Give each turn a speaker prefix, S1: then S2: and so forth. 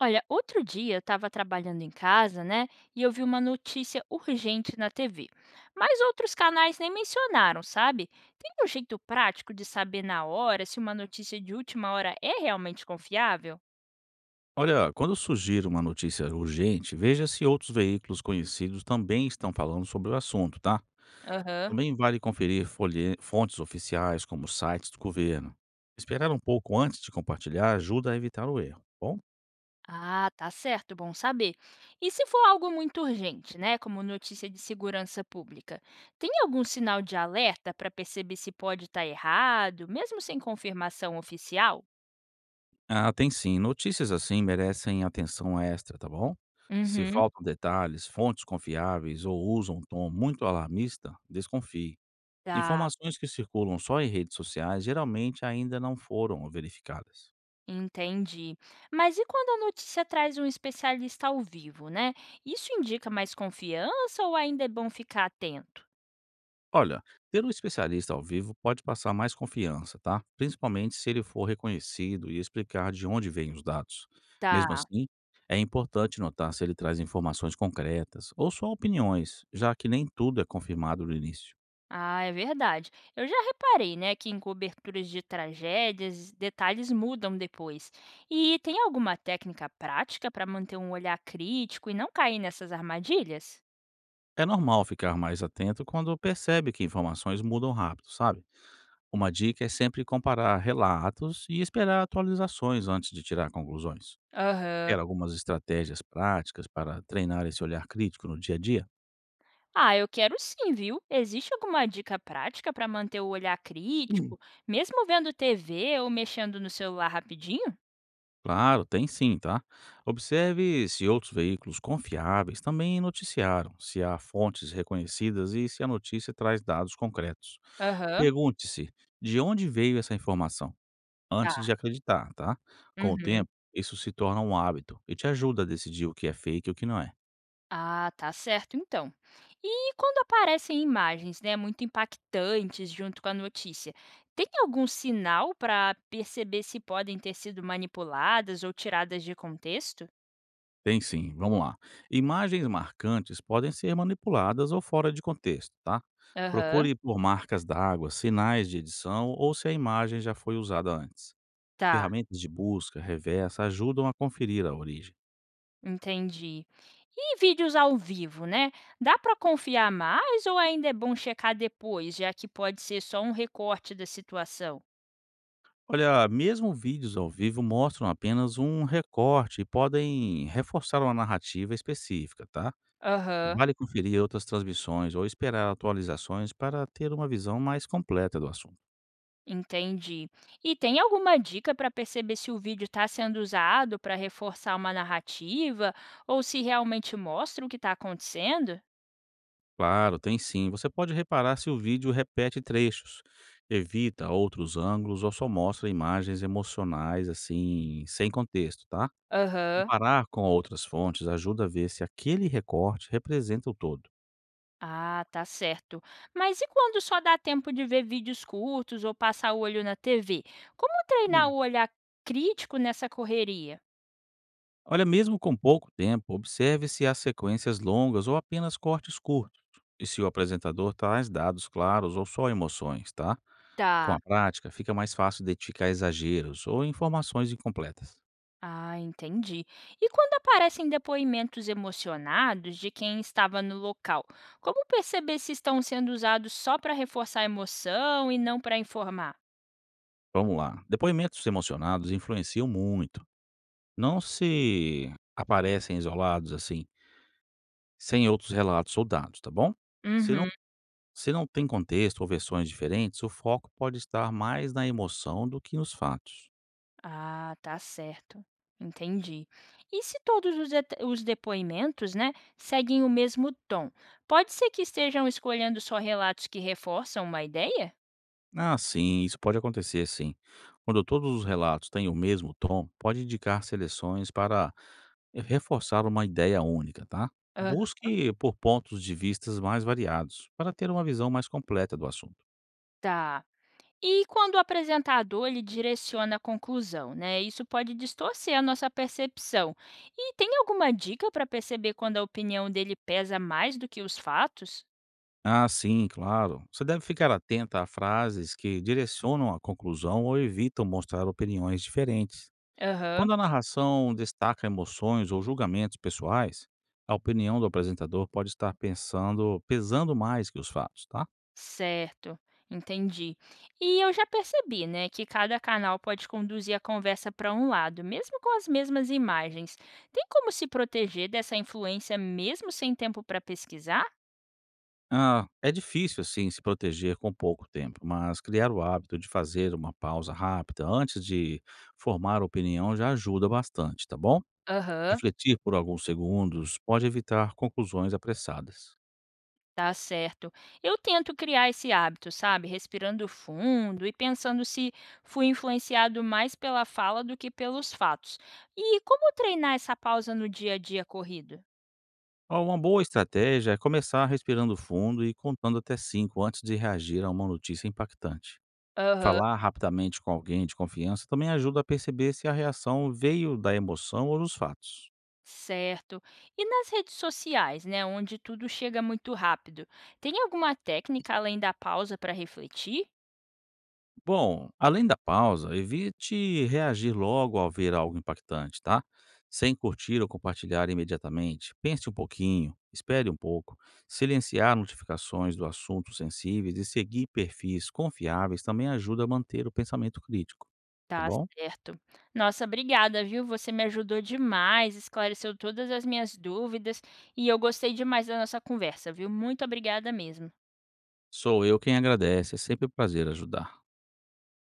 S1: Olha, outro dia eu estava trabalhando em casa, né? E eu vi uma notícia urgente na TV. Mas outros canais nem mencionaram, sabe? Tem um jeito prático de saber na hora se uma notícia de última hora é realmente confiável?
S2: Olha, quando surgir uma notícia urgente, veja se outros veículos conhecidos também estão falando sobre o assunto, tá?
S1: Aham.
S2: Também vale conferir fontes oficiais, como sites do governo. Esperar um pouco antes de compartilhar ajuda a evitar o erro, tá bom?
S1: Ah, tá certo, bom saber. E se for algo muito urgente, né? Como notícia de segurança pública, tem algum sinal de alerta para perceber se pode estar errado, mesmo sem confirmação oficial?
S2: Ah, tem sim. Notícias assim merecem atenção extra, tá bom? Se
S1: Uhum.
S2: faltam detalhes, fontes confiáveis ou usam um tom muito alarmista, desconfie.
S1: Tá.
S2: Informações que circulam só em redes sociais geralmente ainda não foram verificadas.
S1: Entendi. Mas e quando a notícia traz um especialista ao vivo, né? Isso indica mais confiança ou ainda é bom ficar atento?
S2: Olha, ter um especialista ao vivo pode passar mais confiança, tá? Principalmente se ele for reconhecido e explicar de onde vêm os dados. Mesmo
S1: Tá.
S2: assim, é importante notar se ele traz informações concretas ou só opiniões, já que nem tudo é confirmado no início.
S1: Ah, é verdade. Eu já reparei, né, que em coberturas de tragédias, detalhes mudam depois. E tem alguma técnica prática para manter um olhar crítico e não cair nessas armadilhas?
S2: É normal ficar mais atento quando percebe que informações mudam rápido, sabe? Uma dica é sempre comparar relatos e esperar atualizações antes de tirar conclusões.
S1: Aham.
S2: Quer algumas estratégias práticas para treinar esse olhar crítico no dia a dia?
S1: Ah, eu quero sim, viu? Existe alguma dica prática para manter o olhar crítico, mesmo vendo TV ou mexendo no celular rapidinho?
S2: Claro, tem sim, tá? Observe se outros veículos confiáveis também noticiaram, se há fontes reconhecidas e se a notícia traz dados concretos.
S1: Aham.
S2: Pergunte-se de onde veio essa informação antes de
S1: Tá.
S2: acreditar, tá? Com o
S1: Uhum.
S2: tempo, isso se torna um hábito e te ajuda a decidir o que é fake e o que não é.
S1: Ah, tá certo então. E quando aparecem imagens, né, muito impactantes junto com a notícia, tem algum sinal para perceber se podem ter sido manipuladas ou tiradas de contexto?
S2: Tem sim, vamos lá. Imagens marcantes podem ser manipuladas ou fora de contexto, tá?
S1: Aham.
S2: Procure por marcas d'água, sinais de edição ou se a imagem já foi usada antes.
S1: Tá,
S2: Ferramentas de busca reversa ajudam a conferir a origem.
S1: entendi. E vídeos ao vivo, né? Dá para confiar mais ou ainda é bom checar depois, já que pode ser só um recorte da situação?
S2: Olha, mesmo vídeos ao vivo mostram apenas um recorte e podem reforçar uma narrativa específica, tá?
S1: Aham.
S2: Vale conferir outras transmissões ou esperar atualizações para ter uma visão mais completa do assunto.
S1: Entendi. E tem alguma dica para perceber se o vídeo está sendo usado para reforçar uma narrativa ou se realmente mostra o que está acontecendo?
S2: Claro, tem sim. Você pode reparar se o vídeo repete trechos, evita outros ângulos ou só mostra imagens emocionais assim, sem contexto, tá?
S1: Aham.
S2: Comparar com outras fontes ajuda a ver se aquele recorte representa o todo.
S1: Ah, tá certo. Mas e quando só dá tempo de ver vídeos curtos ou passar o olho na TV? Como treinar
S2: Hum.
S1: o olhar crítico nessa correria?
S2: Olha, mesmo com pouco tempo, observe se há sequências longas ou apenas cortes curtos. E se o apresentador traz dados claros ou só emoções, tá? Com
S1: Tá.
S2: a prática, fica mais fácil identificar exageros ou informações incompletas.
S1: Ah, entendi. E quando aparecem depoimentos emocionados de quem estava no local, como perceber se estão sendo usados só para reforçar a emoção e não para informar?
S2: Vamos lá. Depoimentos emocionados influenciam muito. Não se aparecem isolados assim, sem outros relatos ou dados, tá bom? Se não
S1: Uhum.
S2: Se não tem contexto ou versões diferentes, o foco pode estar mais na emoção do que nos fatos.
S1: Ah, tá certo. Entendi. E se todos os, os depoimentos, né, seguem o mesmo tom, pode ser que estejam escolhendo só relatos que reforçam uma ideia?
S2: Ah, sim, isso pode acontecer sim. Quando todos os relatos têm o mesmo tom, pode indicar seleções para reforçar uma ideia única, tá?
S1: Ah,
S2: Busque por pontos de vistas mais variados, para ter uma visão mais completa do assunto.
S1: tá. E quando o apresentador ele direciona a conclusão, né? Isso pode distorcer a nossa percepção. E tem alguma dica para perceber quando a opinião dele pesa mais do que os fatos?
S2: Ah, sim, claro. Você deve ficar atenta a frases que direcionam a conclusão ou evitam mostrar opiniões diferentes.
S1: Aham,
S2: Quando a narração destaca emoções ou julgamentos pessoais, a opinião do apresentador pode estar pesando mais que os fatos, tá?
S1: certo. Entendi. E eu já percebi, né, que cada canal pode conduzir a conversa para um lado, mesmo com as mesmas imagens. Tem como se proteger dessa influência mesmo sem tempo para pesquisar?
S2: Ah, é difícil, assim, se proteger com pouco tempo, mas criar o hábito de fazer uma pausa rápida antes de formar opinião já ajuda bastante, tá bom?
S1: Aham.
S2: Refletir por alguns segundos pode evitar conclusões apressadas.
S1: Tá certo. Eu tento criar esse hábito, sabe? Respirando fundo e pensando se fui influenciado mais pela fala do que pelos fatos. E como treinar essa pausa no dia a dia corrido?
S2: Ó, uma boa estratégia é começar respirando fundo e contando até cinco antes de reagir a uma notícia impactante.
S1: Aham,
S2: Falar rapidamente com alguém de confiança também ajuda a perceber se a reação veio da emoção ou dos fatos.
S1: certo. E nas redes sociais, né? Onde tudo chega muito rápido. Tem alguma técnica além da pausa para refletir?
S2: Bom, além da pausa, evite reagir logo ao ver algo impactante, tá? Sem curtir ou compartilhar imediatamente. Pense um pouquinho, espere um pouco. Silenciar notificações do assunto sensíveis e seguir perfis confiáveis também ajuda a manter o pensamento crítico, tá
S1: Tá
S2: bom?
S1: certo. Nossa, obrigada, viu? Você me ajudou demais, esclareceu todas as minhas dúvidas e eu gostei demais da nossa conversa, viu? Muito obrigada mesmo.
S2: Sou eu quem agradece, é sempre um prazer ajudar.